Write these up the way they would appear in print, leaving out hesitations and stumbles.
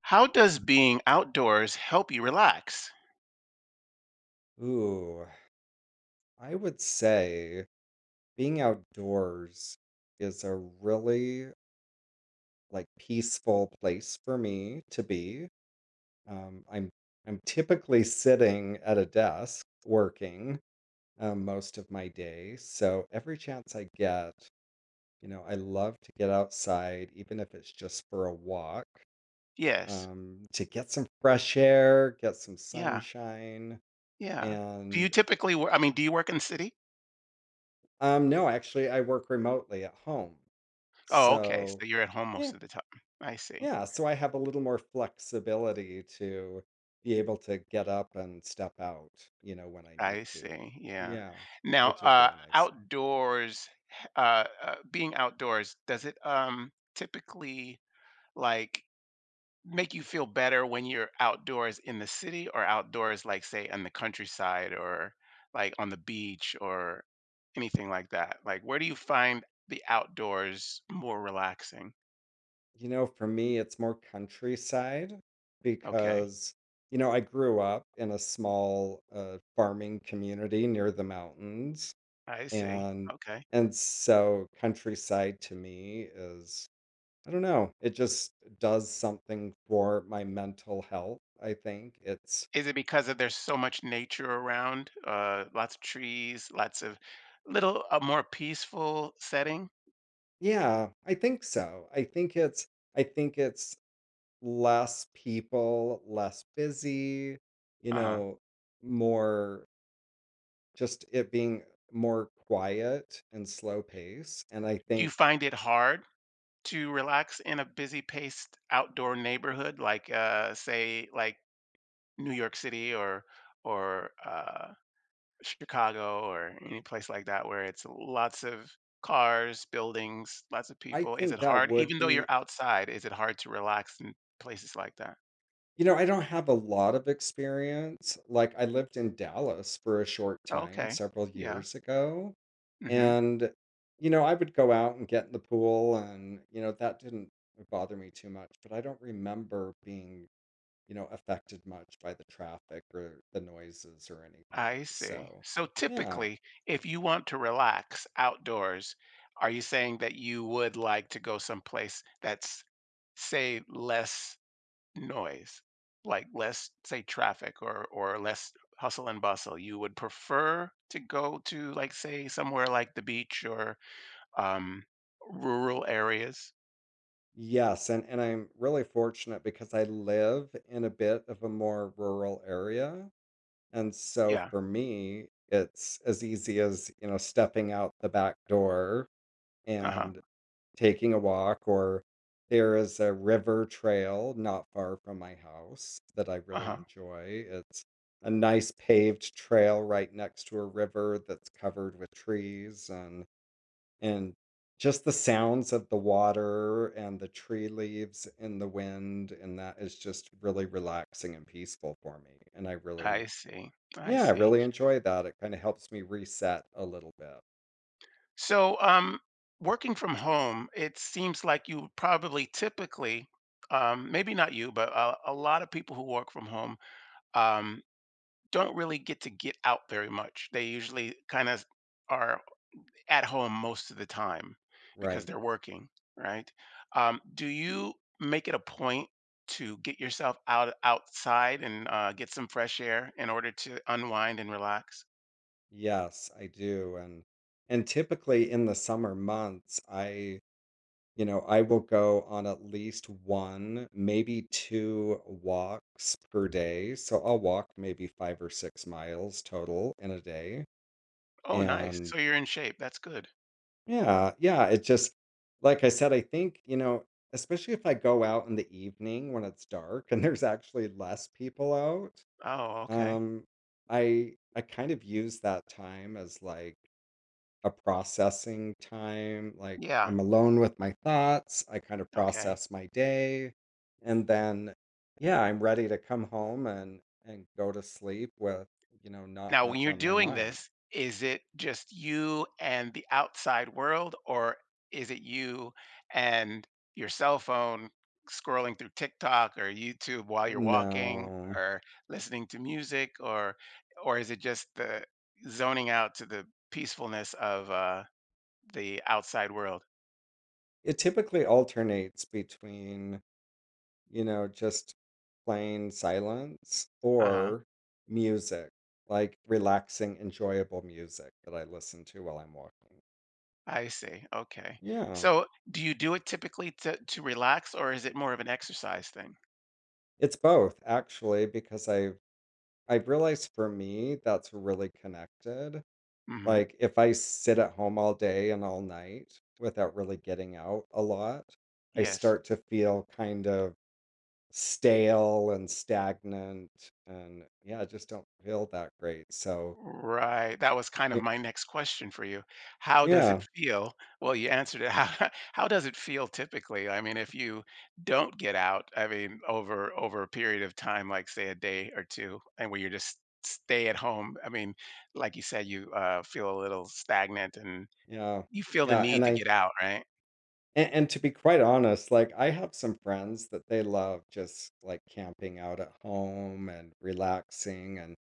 How does being outdoors help you relax? Ooh, I would say being outdoors is a really like peaceful place for me to be. Um, I'm I'm typically sitting at a desk working most of my day, so every chance I get, you know, I love to get outside, even if it's just for a walk, Yes. To get some fresh air, get some Yeah, sunshine, yeah. Do you and typically wo I mean, do you work in the city? No, actually, I work remotely at home. Oh, okay, So, so you're at home most yeah, of the time. I see, yeah. So I have a little more flexibility to be able to get up and step out, you know, when I need I to. see, yeah. Yeah, Now, which is really nice. outdoors, h being outdoors, does it, typically, like, make you feel better when you're outdoors in the city or outdoors like say on the countryside or like on the beach or anything like that, like where do you find the outdoors more relaxing? You know, for me, it's more countryside Okay. because, you know, I grew up in a small farming community near the mountains I see. and Okay. So countryside to me is I don't know. It just does something for my mental health, I think. It's Is it because of there's so much nature around, lots of trees, lots of, little a more peaceful setting? yeah, I think so. I think it's less people, less busy, you Uh-huh. know, more just it being more quiet and slow pace. And Do you find it hard to relax in a busy paced outdoor neighborhood, like say like New York City or Chicago or any place like that where it's lots of cars, buildings, lots of I people? Is it think that hard, would even though you're be. outside, is it hard to relax in places like that? You know, I don't have a lot of experience. Like, I lived in Dallas for a short time Okay, several yeah. years ago. Hmm. And, you know, I would go out and get in the pool, and, you know, that didn't bother me too much. But I don't remember being, you know, affected much by the traffic or the noises or anything. I see. So, So yeah. typically, if you want to relax outdoors, are you saying that you would like to go someplace that's, say, less noise, like less, say, traffic, or less hustle and bustle? You would prefer to go to, like, say, somewhere like the beach or um, rural areas? Yes. And I'm really fortunate because I live in a bit of a more rural area. And so Yeah. for me, it's as easy as, you know, stepping out the back door Uh-huh. and taking a walk, or there is a river trail not far from my house that I really Uh-huh. enjoy. It's a nice paved trail right next to a river that's covered with trees and and just the sounds of the water and the tree leaves in the wind, and that is just really relaxing and peaceful for me. And I really I see. I yeah, I see. really enjoy that. It kind of helps me reset a little bit. So, working from home, it seems like you probably typically, maybe not you, but a lot of people who work from home um, don't really get to get out very much. They usually kind of are at home most of the time because Right. they're working, right? Do you make it a point to get yourself outside and get some fresh air in order to unwind and relax? Yes, I do. And typically in the summer months, I, you know, I will go on at least one, maybe two walks per day. So I'll walk maybe 5 or 6 miles total in a day. Oh, nice. And So you're in shape. That's good. yeah, yeah, it just like I said, I think, you know, especially if I go out in the evening when it's dark and there's actually less people out. Oh, okay. Um, I kind of use that time as, like, a processing time, like, Yeah. I'm alone with my thoughts, I kind of Okay. process my day, and then, yeah, I'm ready to come home and go to sleep with, you know, not Now, when much you're on my doing mind. this, is it just you and the outside world, or is it you and your cell phone scrolling through TikTok or YouTube while you're walking, No. or listening to music, or is it just the zoning out to the peacefulness of, the outside world? It typically alternates between you know, just plain silence Uh huh. or music, like relaxing, enjoyable music that I listen to while I'm walking. I see. Okay. Yeah, So, do you do it typically to relax, or is it more of an exercise thing? it's both actually, because I've realized for me that's really connected. Hmm. Like if I sit at home all day and all night without really getting out a lot, I Yes. start to feel kind of stale and stagnant and yeah, I just don't feel that great. So Right, that was kind of y- my next question for you. How does it yeah. feel? Well, you answered it. How does it feel typically? I mean, if you don't get out, I mean, over a period of time, like say a day or two, and where you just stay at home, I mean, like you said, you, feel a little stagnant, and Yeah. you feel the Yeah, need and to I get out, right? and to be quite honest, like, I have some friends that they love just, like, camping out at home and relaxing, and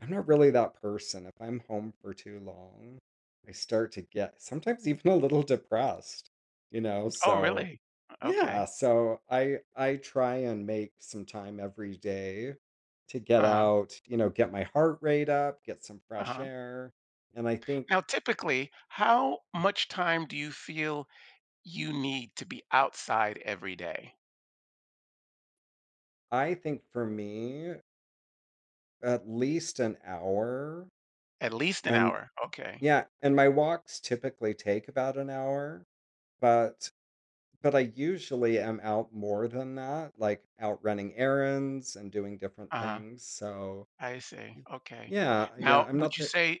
I'm not really that person. If I'm home for too long, I start to get sometimes even a little depressed, you know? Oh, So really? Okay. yeah, so I try and make some time every day to get Uh-huh. out, you know, get my heart rate up, get some fresh Uh-huh. air, and Now, typically, how much time do you feel you need to be outside every day? I think for me at least an hour, At least an and hour, okay. yeah, and my walks typically take about an hour, but I usually am out more than that, like out running errands and doing different Uh-huh, things, so I see, y okay. yeah, yeah, Now, I'm would not you the. say,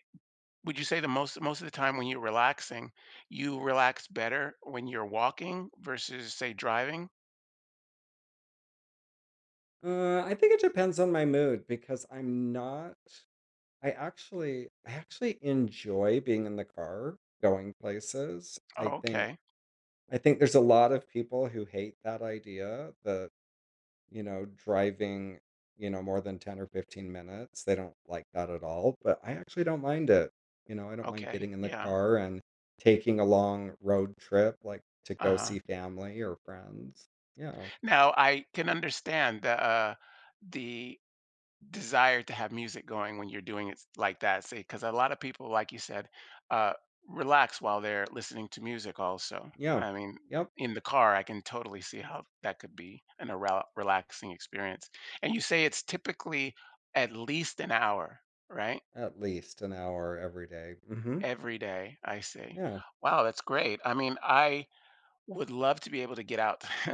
the most of the time when you're relaxing, you relax better when you're walking versus, say, driving? I think it depends on my mood because I'm not I actually enjoy being in the car, going places. Oh, okay, I think there's a lot of people who hate that idea that you know, driving, you know, more than 10 or 15 minutes. They don't like that at all, but I actually don't mind it. You know, I don't mind okay, getting in the yeah, car and taking a long road trip, like to go uh-huh. see family or friends. Yeah. Now I can understand the, the desire to have music going when you're doing it like that, see, because a lot of people, like you said, uh relax while they're listening to music also, Yeah. I mean, Yep. in the car I can totally see how that could be an a rel- relaxing experience. And you say it's typically at least an hour, right, At least an hour every day. Mm-hmm. every day. I see. Yeah. Wow, that's great. I mean, I would love to be able to get out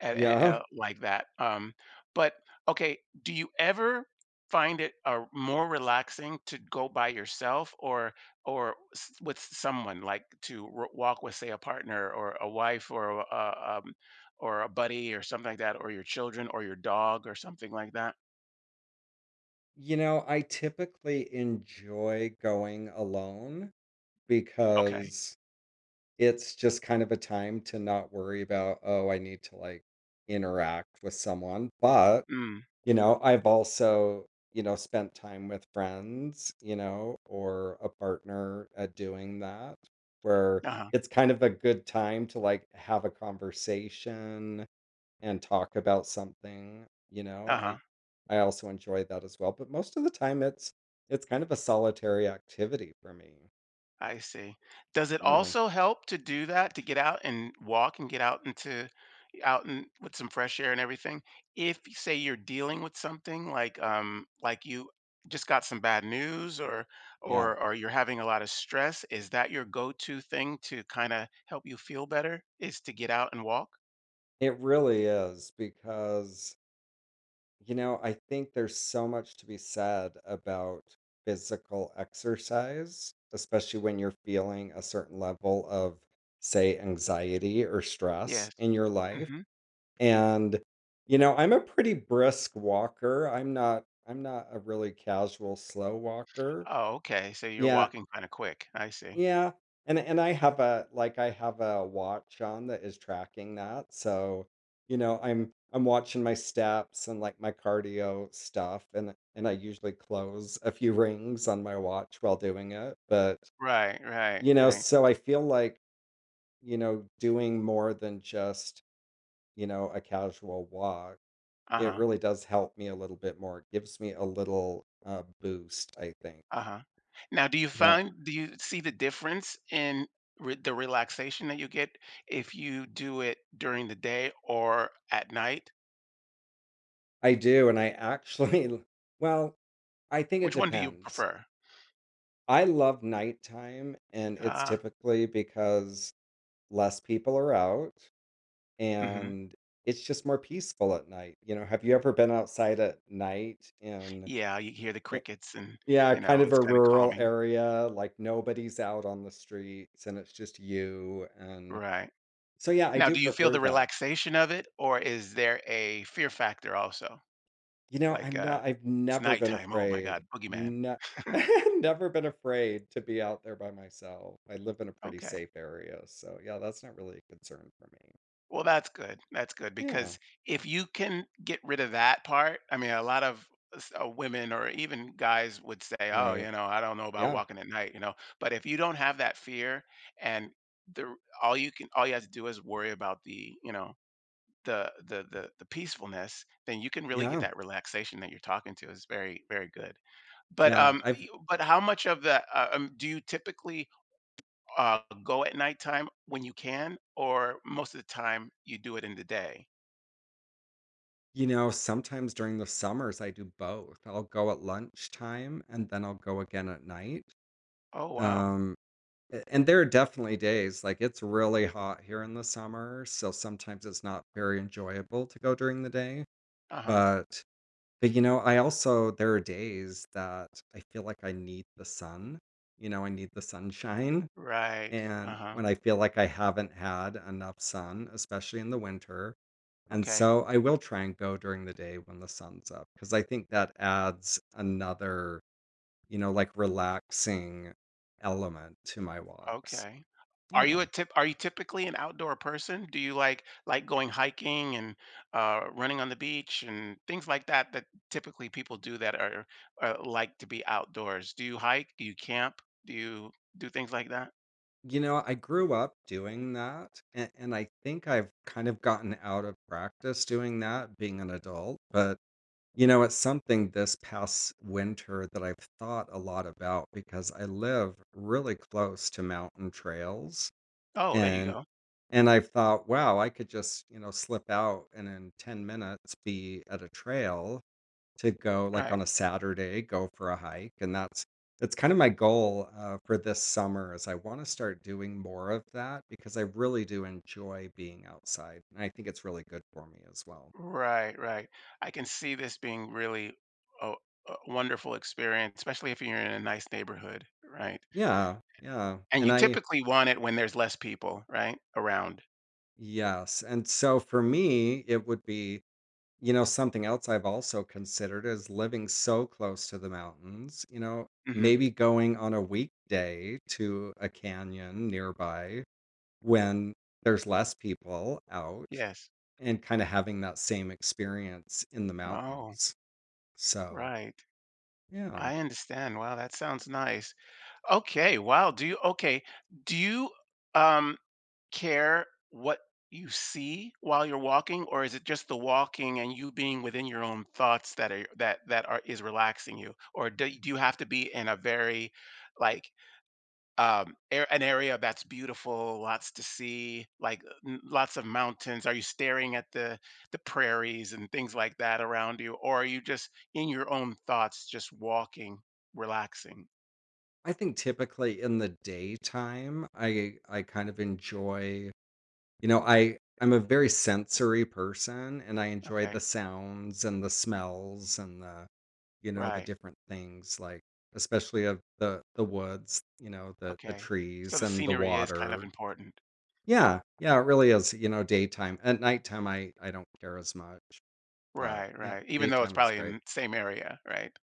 at Yeah. like that, but okay, do you ever find it, more relaxing to go by yourself, or s with someone, like, to r walk with, say, a partner or a wife or or a buddy or something like that, or your children or your dog or something like that? You know, I typically enjoy going alone Okay. because it's just kind of a time to not worry about, "Oh, I need to, like, interact with someone," but, Mm. you know, I've also, you know, spent time with friends, you know, or a partner at doing that, where Uh-huh. it's kind of a good time to, like, have a conversation and talk about something, you know? Uh-huh. I also enjoy that as well, but most of the time, it's kind of a solitary activity for me. I see. Does it Yeah. also help to do that, to get out and walk and get out into, out and with some fresh air and everything, if say you're dealing with something like, like you just got some bad news, or Yeah. or or you're having a lot of stress? Is that your go-to thing to kind of help you feel better, is to get out and walk? It really is because, you know, I think there's so much to be said about physical exercise, especially when you're feeling a certain level of, say, anxiety or stress Yes. in your life. Hmm. And, you know, I'm a pretty brisk walker. I'm not a really casual slow walker. Oh, okay. So you're Yeah, walking kind of quick. I see. yeah, and I have a like, I have a watch on that is tracking that, so, you know, I'm watching my steps and, like, my cardio stuff, and I usually close a few rings on my watch while doing it, but, Right, right, you know, right. so I feel like, you know, doing more than just, you know, a casual walk, it Uh-huh. really does help me a little bit more. It gives me a little, boost, I think. Uh-huh. Now, Yeah, do you see the difference in, re the relaxation that you get if you do it during the day or at night? I do, and I actually well, I think it Which one do you depends. prefer? I love nighttime, and it's Ah, typically because less people are out mhm. and it's just more peaceful at night. You know, have you ever been outside at night in, Yeah, you hear the eh, crickets and, yeah, you kind know, of it's a kinda rural calming. area, like nobody's out on the streets and it's just you? And Right. so, yeah, I Now, do do you feel prefer the that. relaxation of it, or is there a fear factor also? You know, Like, I've "It's never been nighttime, oh my afraid. god, boogeyman." No, never been afraid to be out there by myself. I live in a pretty Okay. safe area. So, yeah, that's not really a concern for me. Well, that's good. That's good Yeah, because if you can get rid of that part, I mean, a lot of women or even guys would say, "Oh, right. you know, I don't know about Yeah, walking at night.\" But if you don't have that fear, and the all you can all you have to do is worry about the, you know, the peacefulness, then you can really get yeah, that relaxation that you're talking to, is very very good. But yeah. um you- but how much of the do you typically, go at nighttime when you can, or most of the time you do it in the day? you know, sometimes during the summers I do both. I'll go at lunchtime and then I'll go again at night. Oh, wow. Um, and there are definitely days like it's really hot here in the summer, so sometimes it's not very enjoyable to go during the day. Uh-huh. But, you know, I also there are days that I feel like I need the sun. You know, I need the sunshine. Right. And Uh-huh. when I feel like I haven't had enough sun, especially in the winter. And Okay. so I will try and go during the day when the sun's up because I think that adds another, you know, like relaxing element to my walks. Okay. Are you Yeah. Typically an outdoor person? Do you like, going hiking and running on the beach and things like that, that typically people do, that are, like to be outdoors? Do you hike? Do you camp? Do you do things like that? You know, I grew up doing that. And I think I've kind of gotten out of practice doing that being an adult. But you know, it's something this past winter that I've thought a lot about because I live really close to mountain trails Oh, there you and go. I've thought, wow, I could just, you know, slip out and in 10 minutes be at a trail to go like Right. on a Saturday, go for a hike. And that's kind of my goal for this summer is I want to start doing more of that because I really do enjoy being outside. And I think it's really good for me as well. Right, right. I can see this being really a, a wonderful experience, especially if you're in a nice neighborhood, right? Yeah, yeah. And you And I typically want it when there's less people, right, around? yes, and so for me, it would be, you know, something else I've also considered is living so close to the mountains, you know, Mhm. maybe going on a weekday to a canyon nearby when there's less people out Yes. and kind of having that same experience in the Oh, mountains. So, right. yeah. I understand. Wow, that sounds nice. Okay, wow, do you, okay, do you, um, care what you see while you're walking, or is it just the walking and you being within your own thoughts that are, is relaxing you? Or do you have to be in a very, like, an area that's beautiful, lots to see, like lots of mountains? Are you staring at the prairies and things like that around you, or are you just in your own thoughts, just walking, relaxing? I think typically in the daytime, I kind of enjoy. You know, I'm a very sensory person and I enjoy the Okay. sounds and the smells and the, you know, the Right. different things like especially of the woods, you know, the Okay, so trees the and the scenery is kind of water. important. Yeah. Yeah, it really is, you know, daytime. At nighttime I don't care as much, but Right. yeah, Right, even though it's daytime is probably in great. the same area, right?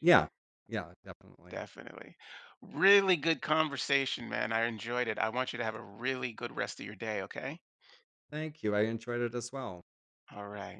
Yeah. Yeah, definitely. Definitely. Really good conversation, man. I enjoyed it. I want you to have a really good rest of your day, okay? Thank you. I enjoyed it as well. All right.